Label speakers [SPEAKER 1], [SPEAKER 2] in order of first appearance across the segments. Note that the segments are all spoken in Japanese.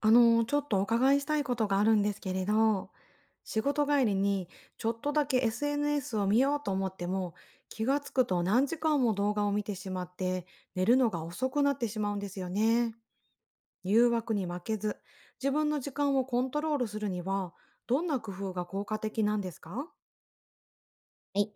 [SPEAKER 1] ちょっとお伺いしたいことがあるんですけれど、仕事帰りにちょっとだけ SNS を見ようと思っても、気がつくと何時間も動画を見てしまって、寝るのが遅くなってしまうんですよね。誘惑に負けず、自分の時間をコントロールするには、どんな工夫が効果的なんですか？
[SPEAKER 2] はい。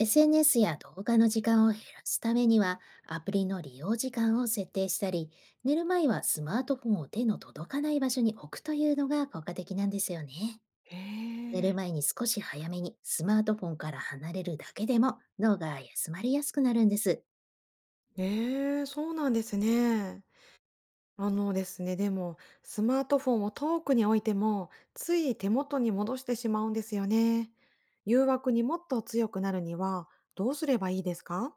[SPEAKER 2] SNS や動画の時間を減らすためには、アプリの利用時間を設定したり、寝る前はスマートフォンを手の届かない場所に置くというのが効果的なんですよね。
[SPEAKER 1] へ
[SPEAKER 2] 寝る
[SPEAKER 1] え、
[SPEAKER 2] 前に少し早めにスマートフォンから離れるだけでも脳が休まりやすくなるんです。
[SPEAKER 1] ええ、そうなんですね。あのですね、でも、スマートフォンを遠くに置いても、つい手元に戻してしまうんですよね。誘惑にもっと強くなるには、どうすればいいですか？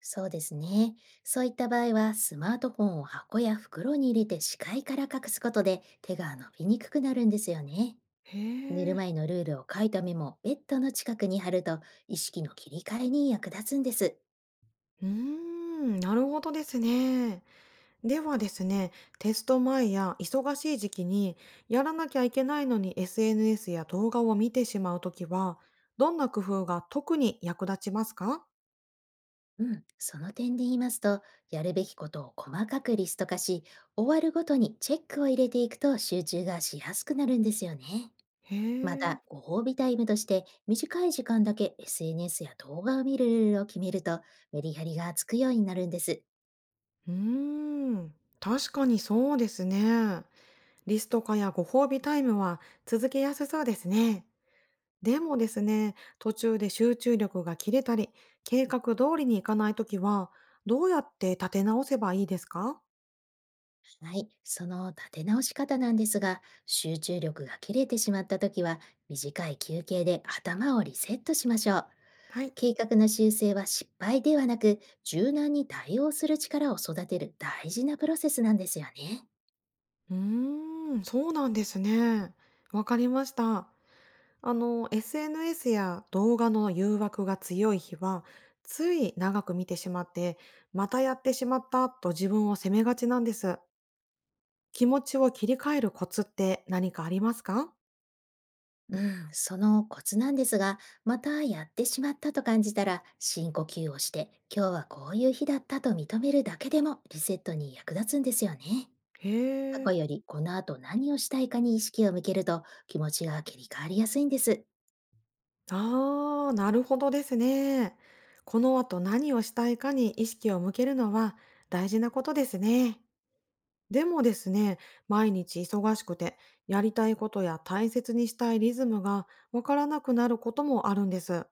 [SPEAKER 2] そうですね。そういった場合は、スマートフォンを箱や袋に入れて視界から隠すことで手が伸びにくくなるんですよね。
[SPEAKER 1] へ
[SPEAKER 2] 寝る
[SPEAKER 1] え。
[SPEAKER 2] 前のルールを書いたメモをベッドの近くに貼ると意識の切り替えに役立つんです。
[SPEAKER 1] うーん、なるほどですね。ではですね、テスト前や忙しい時期に、やらなきゃいけないのに SNS や動画を見てしまうときは、どんな工夫が特に役立ちますか？
[SPEAKER 2] うん、その点で言いますと、やるべきことを細かくリスト化し、終わるごとにチェックを入れていくと集中がしやすくなるんですよね。
[SPEAKER 1] へ
[SPEAKER 2] また、
[SPEAKER 1] え。
[SPEAKER 2] ご褒美タイムとして短い時間だけ SNS や動画を見るルールを決めるとメリハリがつくようになるんです。
[SPEAKER 1] うーん、確かにそうですね。リスト化やご褒美タイムは続けやすそうですね。でもですね、途中で集中力が切れたり、計画通りにいかないときは、どうやって立て直せばいいですか？
[SPEAKER 2] はい、その立て直し方なんですが、集中力が切れてしまったときは、短い休憩で頭をリセットしましょう。
[SPEAKER 1] はい。
[SPEAKER 2] 計画の修正は失敗ではなく、柔軟に対応する力を育てる大事なプロセスなんですよね。
[SPEAKER 1] うーん、そうなんですね。わかりました。あの、SNS や動画の誘惑が強い日は、つい長く見てしまって、またやってしまったと自分を責めがちなんです。気持ちを切り替えるコツって何かありますか？
[SPEAKER 2] うん、そのコツなんですが、またやってしまったと感じたら、深呼吸をして、今日はこういう日だったと認めるだけでもリセットに役立つんですよね。
[SPEAKER 1] へ
[SPEAKER 2] 過去
[SPEAKER 1] え。
[SPEAKER 2] よりこの後何をしたいかに意識を向けると気持ちが切り替わりやすいんです。
[SPEAKER 1] ああ、なるほどですね。この後何をしたいかに意識を向けるのは大事なことですね。でもですね、毎日忙しくて、やりたいことや大切にしたいリズムがわからなくなることもあるんです。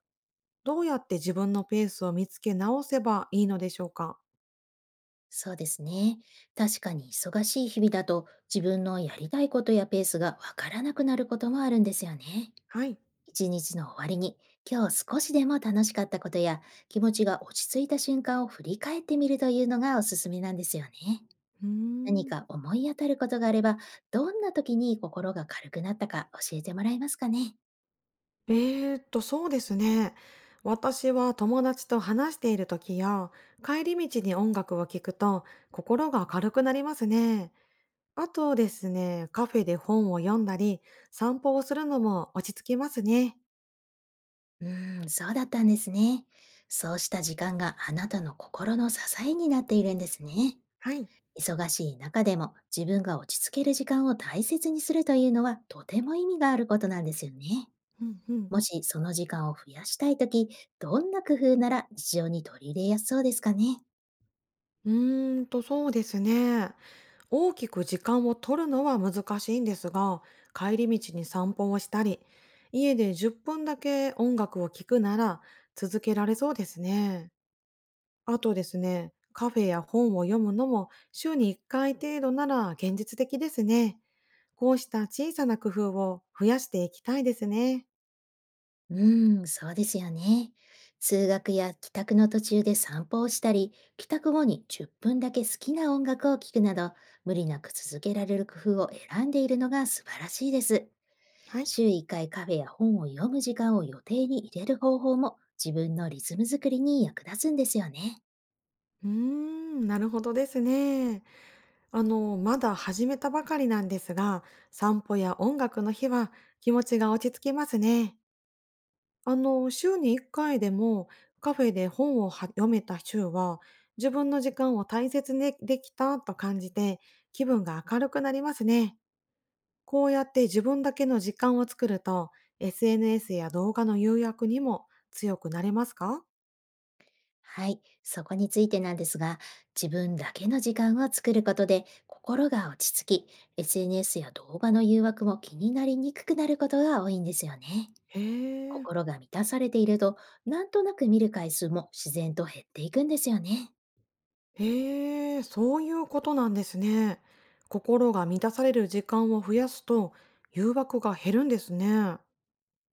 [SPEAKER 1] どうやって自分のペースを見つけ直せばいいのでしょうか？
[SPEAKER 2] そうですね。確かに忙しい日々だと、自分のやりたいことやペースがわからなくなることもあるんですよね。
[SPEAKER 1] はい。
[SPEAKER 2] 一日の終わりに、今日少しでも楽しかったことや気持ちが落ち着いた瞬間を振り返ってみるというのがおすすめなんですよね。
[SPEAKER 1] うー
[SPEAKER 2] 何
[SPEAKER 1] ん
[SPEAKER 2] か思い当たることがあれば、どんな時に心が軽くなったか教えてもらえますかね。
[SPEAKER 1] えそうですね。私は友達と話している時や、帰り道に音楽を聴くと心が軽くなりますね。あとですね、カフェで本を読んだり、散歩をするのも落ち着きますね。
[SPEAKER 2] うーん、そうだったんですね。そうした時間があなたの心の支えになっているんですね。
[SPEAKER 1] はい。
[SPEAKER 2] 忙しい中でも自分が落ち着ける時間を大切にするというのは、とても意味があることなんですよね。
[SPEAKER 1] うんうん。
[SPEAKER 2] もしその時間を増やしたいとき、どんな工夫なら日常に取り入れやすそうですかね。
[SPEAKER 1] うーんと、そうですね。大きく時間を取るのは難しいんですが、帰り道に散歩をしたり、家で10分だけ音楽を聴くなら続けられそうですね。あとですね、カフェや本を読むのも週に1回程度なら現実的ですね。こうした小さな工夫を増やしていきたいですね。
[SPEAKER 2] うーん、そうですよね。通学や帰宅の途中で散歩をしたり、帰宅後に10分だけ好きな音楽を聴くなど、無理なく続けられる工夫を選んでいるのが素晴らしいです。
[SPEAKER 1] はい。
[SPEAKER 2] 週1回カフェや本を読む時間を予定に入れる方法も、自分のリズム作りに役立つんですよね。
[SPEAKER 1] うーん、なるほどですね。あの、まだ始めたばかりなんですが、散歩や音楽の日は気持ちが落ち着きますね。あの、週に1回でもカフェで本をは読めた週は、自分の時間を大切にできたと感じて気分が明るくなりますね。こうやって自分だけの時間を作ると、SNS や動画の誘惑にも強くなれますか？
[SPEAKER 2] はい、そこについてなんですが、自分だけの時間を作ることで心が落ち着き、SNS や動画の誘惑も気になりにくくなることが多いんですよね。
[SPEAKER 1] へえ。
[SPEAKER 2] 心が満たされていると、なんとなく見る回数も自然と減っていくんですよね。
[SPEAKER 1] へえ、そういうことなんですね。心が満たされる時間を増やすと誘惑が減るんですね。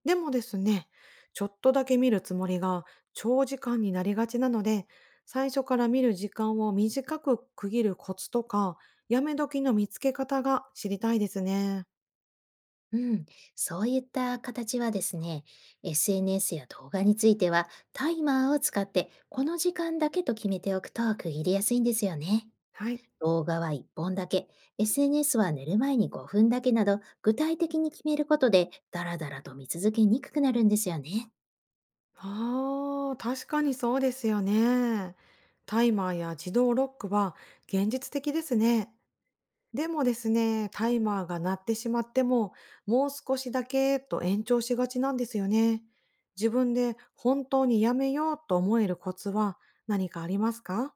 [SPEAKER 1] でもですね、ちょっとだけ見るつもりが長時間になりがちなので、最初から見る時間を短く区切るコツとか、やめ時の見つけ方が知りたいですね。
[SPEAKER 2] うん、そういった形はですね、SNS や動画についてはタイマーを使って、この時間だけと決めておくと区切りやすいんですよね。
[SPEAKER 1] はい。
[SPEAKER 2] 動画は1本だけ、SNS は寝る前に5分だけなど、具体的に決めることで、だらだらと見続けにくくなるんですよね。
[SPEAKER 1] ああ、確かにそうですよね。タイマーや自動ロックは現実的ですね。でもですね、タイマーが鳴ってしまっても、もう少しだけと延長しがちなんですよね。自分で本当にやめようと思えるコツは何かありますか？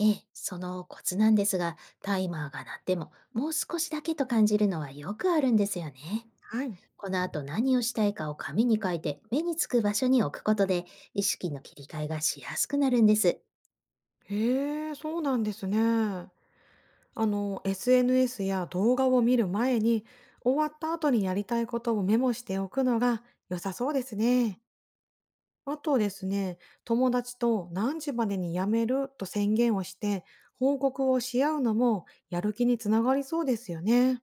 [SPEAKER 2] ええ、そのコツなんですが、タイマーが鳴っても、もう少しだけと感じるのはよくあるんですよね。
[SPEAKER 1] はい。
[SPEAKER 2] この後何をしたいかを紙に書いて、目につく場所に置くことで、意識の切り替えがしやすくなるんです。
[SPEAKER 1] へえ、そうなんですね。あの、SNS や動画を見る前に、終わった後にやりたいことをメモしておくのが良さそうですね。あとですね、友達と何時までに辞めると宣言をして、報告をし合うのもやる気につながりそうですよね。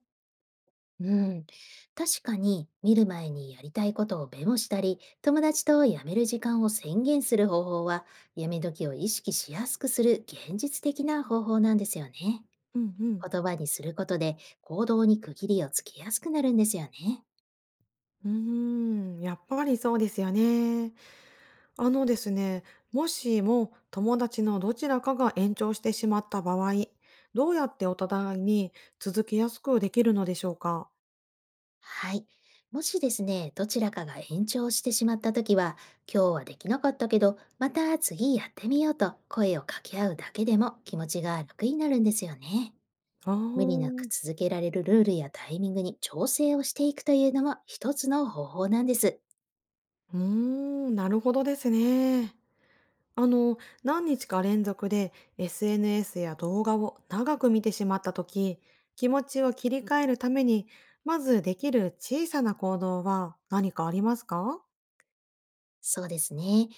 [SPEAKER 2] うん、確かに見る前にやりたいことをメモしたり、友達とやめる時間を宣言する方法は、やめ時を意識しやすくする現実的な方法なんですよね。
[SPEAKER 1] うんうん。
[SPEAKER 2] 言葉にすることで行動に区切りをつけやすくなるんですよね。
[SPEAKER 1] うーん、やっぱりそうですよね。あのですね、もしも友達のどちらかが延長してしまった場合、どうやってお互いに続けやすくできるのでしょうか？
[SPEAKER 2] はい。もしですね、どちらかが延長してしまったときは、今日はできなかったけど、また次やってみようと声を掛け合うだけでも気持ちが楽になるんですよね。
[SPEAKER 1] ああ
[SPEAKER 2] 無理なく
[SPEAKER 1] ー、
[SPEAKER 2] 続けられるルールやタイミングに調整をしていくというのも一つの方法なんです。
[SPEAKER 1] うーん、なるほどですね。あの、何日か連続で SNS や動画を長く見てしまったとき、気持ちを切り替えるために、まずできる小さな行動は何かありますか？
[SPEAKER 2] そうですね。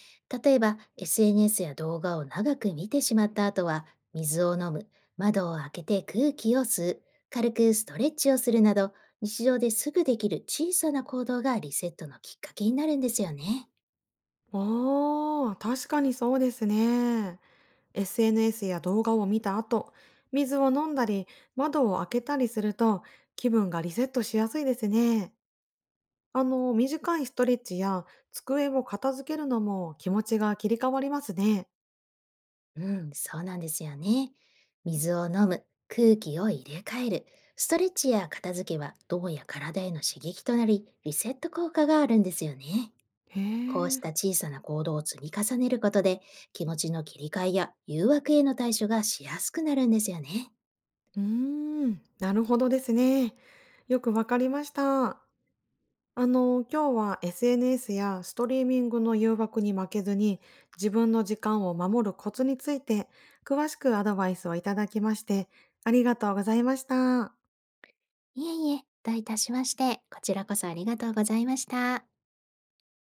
[SPEAKER 2] 例えば SNS や動画を長く見てしまった後は、水を飲む、窓を開けて空気を吸う、軽くストレッチをするなど、日常ですぐできる小さな行動がリセットのきっかけになるんですよね。
[SPEAKER 1] ああ、確かにそうですね。SNS や動画を見た後、水を飲んだり、窓を開けたりすると、気分がリセットしやすいですね。あの、短いストレッチや机を片付けるのも気持ちが切り替わりますね。
[SPEAKER 2] うん、そうなんですよね。水を飲む、空気を入れ替える、ストレッチや片付けは脳や体への刺激となり、リセット効果があるんですよね。
[SPEAKER 1] へ
[SPEAKER 2] こうし
[SPEAKER 1] え。
[SPEAKER 2] た小さな行動を積み重ねることで、気持ちの切り替えや誘惑への対処がしやすくなるんですよね。
[SPEAKER 1] うーん、なるほどですね。よくわかりました。あの、今日は SNS やストリーミングの誘惑に負けずに自分の時間を守るコツについて詳しくアドバイスをいただきましてありがとうございました。
[SPEAKER 2] いえいえ、どういたしまして、こちらこそありがとうございました。